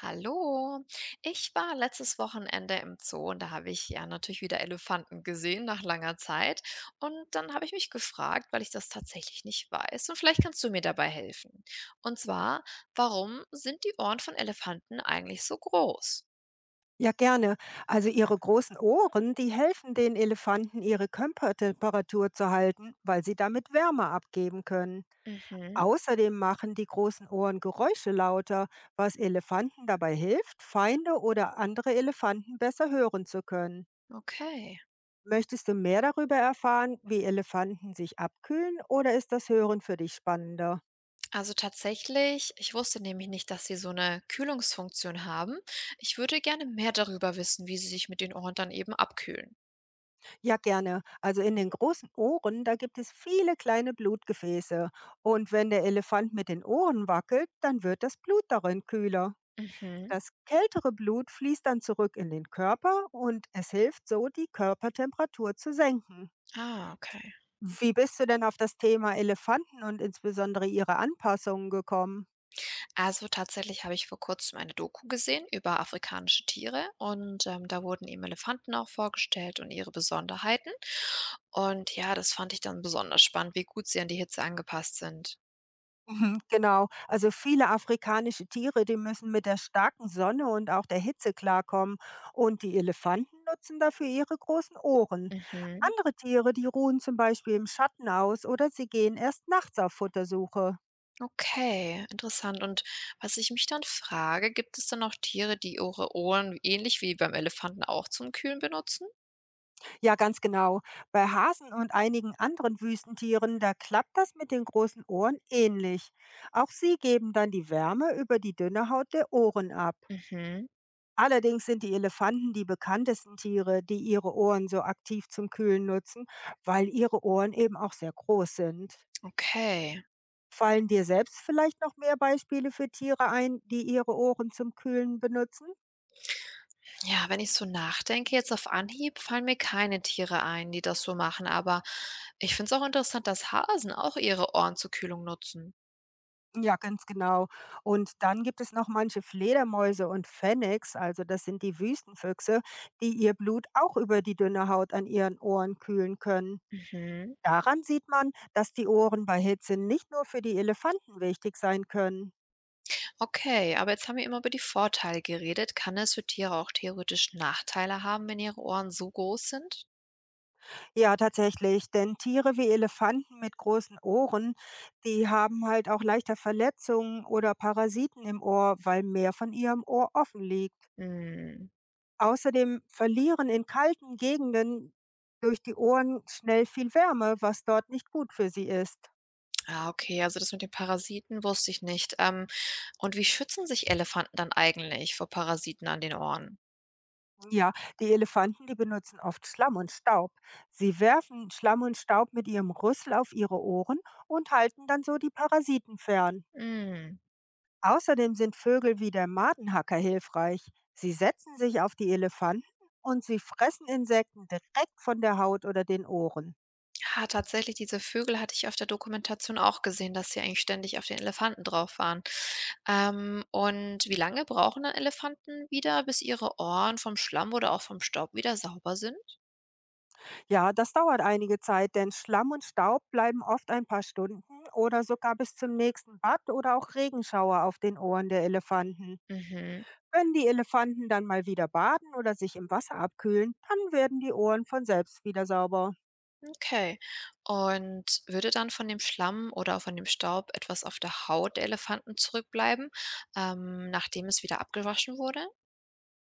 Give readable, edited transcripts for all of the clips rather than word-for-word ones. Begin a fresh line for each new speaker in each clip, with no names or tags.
Hallo, ich war letztes Wochenende im Zoo und da habe ich ja natürlich wieder Elefanten gesehen nach langer Zeit. Und dann habe ich mich gefragt, weil ich das tatsächlich nicht weiß. Und vielleicht kannst du mir dabei helfen. Und zwar, warum sind die Ohren von Elefanten eigentlich so groß?
Ja, gerne. Also ihre großen Ohren, die helfen den Elefanten, ihre Körpertemperatur zu halten, weil sie damit Wärme abgeben können.
Mhm,
Außerdem machen die großen Ohren Geräusche lauter, was Elefanten dabei hilft, Feinde oder andere Elefanten besser hören zu können.
okay.
Möchtest du mehr darüber erfahren, wie Elefanten sich abkühlen, oder ist das Hören für dich spannender?
Also tatsächlich, ich wusste nämlich nicht, dass sie so eine Kühlungsfunktion haben. Ich würde gerne mehr darüber wissen, wie sie sich mit den Ohren dann eben abkühlen.
Ja, gerne. Also in den großen Ohren, da gibt es viele kleine Blutgefäße. Und wenn der Elefant mit den Ohren wackelt, dann wird das Blut darin kühler.
Mhm.
Das kältere Blut fließt dann zurück in den Körper und es hilft so, die Körpertemperatur zu senken.
Ah, okay.
Wie bist du denn auf das Thema Elefanten und insbesondere ihre Anpassungen gekommen?
Also, tatsächlich habe ich vor Kurzem eine Doku gesehen über afrikanische Tiere und, da wurden eben Elefanten auch vorgestellt und ihre Besonderheiten. Und ja, das fand ich dann besonders spannend, wie gut sie an die Hitze angepasst sind.
Mhm, genau. Also viele afrikanische Tiere, die müssen mit der starken Sonne und auch der Hitze klarkommen. Und die Elefanten nutzen dafür ihre großen Ohren.
Mhm.
Andere Tiere, die ruhen zum Beispiel im Schatten aus oder sie gehen erst nachts auf Futtersuche.
Okay, interessant. Und was ich mich dann frage, gibt es dann auch Tiere, die ihre Ohren ähnlich wie beim Elefanten auch zum Kühlen benutzen?
Ja, ganz genau. Bei Hasen und einigen anderen Wüstentieren, da klappt das mit den großen Ohren ähnlich. Auch sie geben dann die Wärme über die dünne Haut der Ohren ab.
Mhm.
Allerdings sind die Elefanten die bekanntesten Tiere, die ihre Ohren so aktiv zum Kühlen nutzen, weil ihre Ohren eben auch sehr groß sind.
Okay.
Fallen dir selbst vielleicht noch mehr Beispiele für Tiere ein, die ihre Ohren zum Kühlen benutzen?
Ja, wenn ich so nachdenke, jetzt auf Anhieb fallen mir keine Tiere ein, die das so machen, aber ich finde es auch interessant, dass Hasen auch ihre Ohren zur Kühlung nutzen.
Ja, ganz genau. Und dann gibt es noch manche Fledermäuse und Phoenix, also das sind die Wüstenfüchse, die ihr Blut auch über die dünne Haut an ihren Ohren kühlen können.
Mhm.
Daran sieht man, dass die Ohren bei Hitze nicht nur für die Elefanten wichtig sein können.
Okay, aber jetzt haben wir immer über die Vorteile geredet. Kann es für Tiere auch theoretisch Nachteile haben, wenn ihre Ohren so groß sind?
Ja, tatsächlich, denn Tiere wie Elefanten mit großen Ohren, die haben halt auch leichter Verletzungen oder Parasiten im Ohr, weil mehr von ihrem Ohr offen liegt.
Hm.
Außerdem verlieren in kalten Gegenden durch die Ohren schnell viel Wärme, was dort nicht gut für sie ist.
Ah, okay, also das mit den Parasiten wusste ich nicht. Und wie schützen sich Elefanten dann eigentlich vor Parasiten an den Ohren?
Ja, die Elefanten, die benutzen oft Schlamm und Staub. Sie werfen Schlamm und Staub mit ihrem Rüssel auf ihre Ohren und halten dann so die Parasiten fern.
Hm.
Außerdem sind Vögel wie der Martenhacker hilfreich. Sie setzen sich auf die Elefanten und sie fressen Insekten direkt von der Haut oder den Ohren.
Ja, tatsächlich, diese Vögel hatte ich auf der Dokumentation auch gesehen, dass sie eigentlich ständig auf den Elefanten drauf waren. Und wie lange brauchen dann Elefanten wieder, bis ihre Ohren vom Schlamm oder auch vom Staub wieder sauber sind?
Ja, das dauert einige Zeit, denn Schlamm und Staub bleiben oft ein paar Stunden oder sogar bis zum nächsten Bad oder auch Regenschauer auf den Ohren der Elefanten.
Mhm,
Wenn die Elefanten dann mal wieder baden oder sich im Wasser abkühlen, dann werden die Ohren von selbst wieder sauber.
okay. Und würde dann von dem Schlamm oder auch von dem Staub etwas auf der Haut der Elefanten zurückbleiben, nachdem es wieder abgewaschen wurde?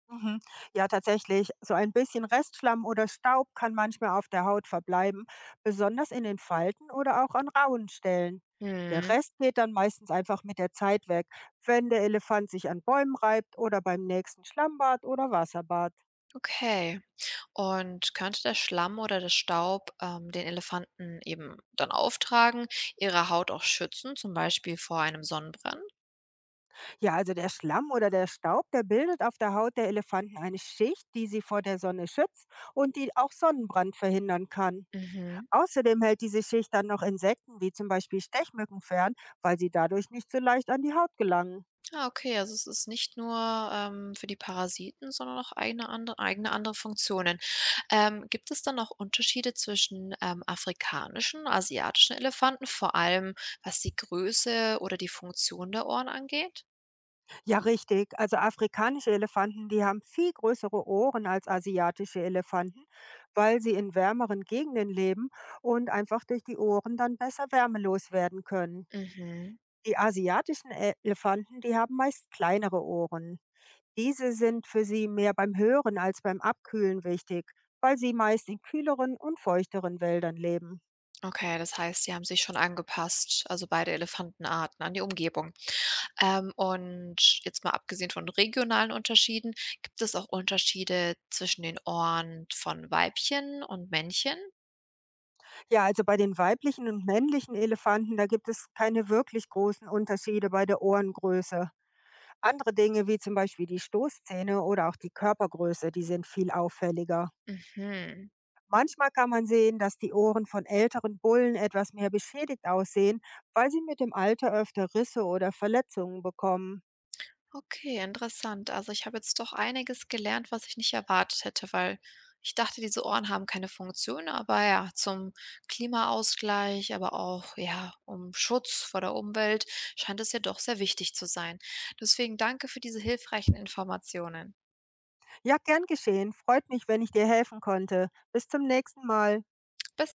Mhm. Ja, tatsächlich. So ein bisschen Restschlamm oder Staub kann manchmal auf der Haut verbleiben, besonders in den Falten oder auch an rauen Stellen. Der
Hm,
Rest geht dann meistens einfach mit der Zeit weg, wenn der Elefant sich an Bäumen reibt oder beim nächsten Schlammbad oder Wasserbad.
okay. Und könnte der Schlamm oder der Staub, den Elefanten eben dann auftragen, ihre Haut auch schützen, zum Beispiel vor einem Sonnenbrand?
Ja, also der Schlamm oder der Staub, der bildet auf der Haut der Elefanten eine Schicht, die sie vor der Sonne schützt und die auch Sonnenbrand verhindern kann.
Mhm.
Außerdem hält diese Schicht dann noch Insekten wie zum Beispiel Stechmücken fern, weil sie dadurch nicht so leicht an die Haut gelangen.
Ah, okay, also es ist nicht nur für die Parasiten, sondern auch eigene andere Funktionen. Gibt es dann auch Unterschiede zwischen afrikanischen, asiatischen Elefanten, vor allem was die Größe oder die Funktion der Ohren angeht?
Ja, richtig. Also afrikanische Elefanten, die haben viel größere Ohren als asiatische Elefanten, weil sie in wärmeren Gegenden leben und einfach durch die Ohren dann besser wärmelos werden können.
Mhm.
Die Elefanten, die haben meist kleinere Ohren. Diese sind für sie mehr beim Hören als beim Abkühlen wichtig, weil sie meist in kühleren und feuchteren Wäldern leben.
Okay, das heißt, sie haben sich schon angepasst, also beide Elefantenarten an die Umgebung. Und jetzt mal abgesehen von regionalen Unterschieden, gibt es auch Unterschiede zwischen den Ohren von Weibchen und Männchen?
Ja, also bei den weiblichen und männlichen Elefanten, da gibt es keine wirklich großen Unterschiede bei der Ohrengröße. Andere Dinge wie zum Beispiel die Stoßzähne oder auch die Körpergröße, die sind viel auffälliger.
Mhm.
Manchmal kann man sehen, dass die Ohren von älteren Bullen etwas mehr beschädigt aussehen, weil sie mit dem Alter öfter Risse oder Verletzungen bekommen.
Okay, interessant. Also ich habe jetzt doch einiges gelernt, was ich nicht erwartet hätte, weil ich dachte, diese Ohren haben keine Funktion, aber ja, zum Klimaausgleich, aber auch ja, um Schutz vor der Umwelt scheint es ja doch sehr wichtig zu sein. Deswegen danke für diese hilfreichen Informationen.
Ja, gern geschehen. Freut mich, wenn ich dir helfen konnte. Bis zum nächsten Mal.
Bis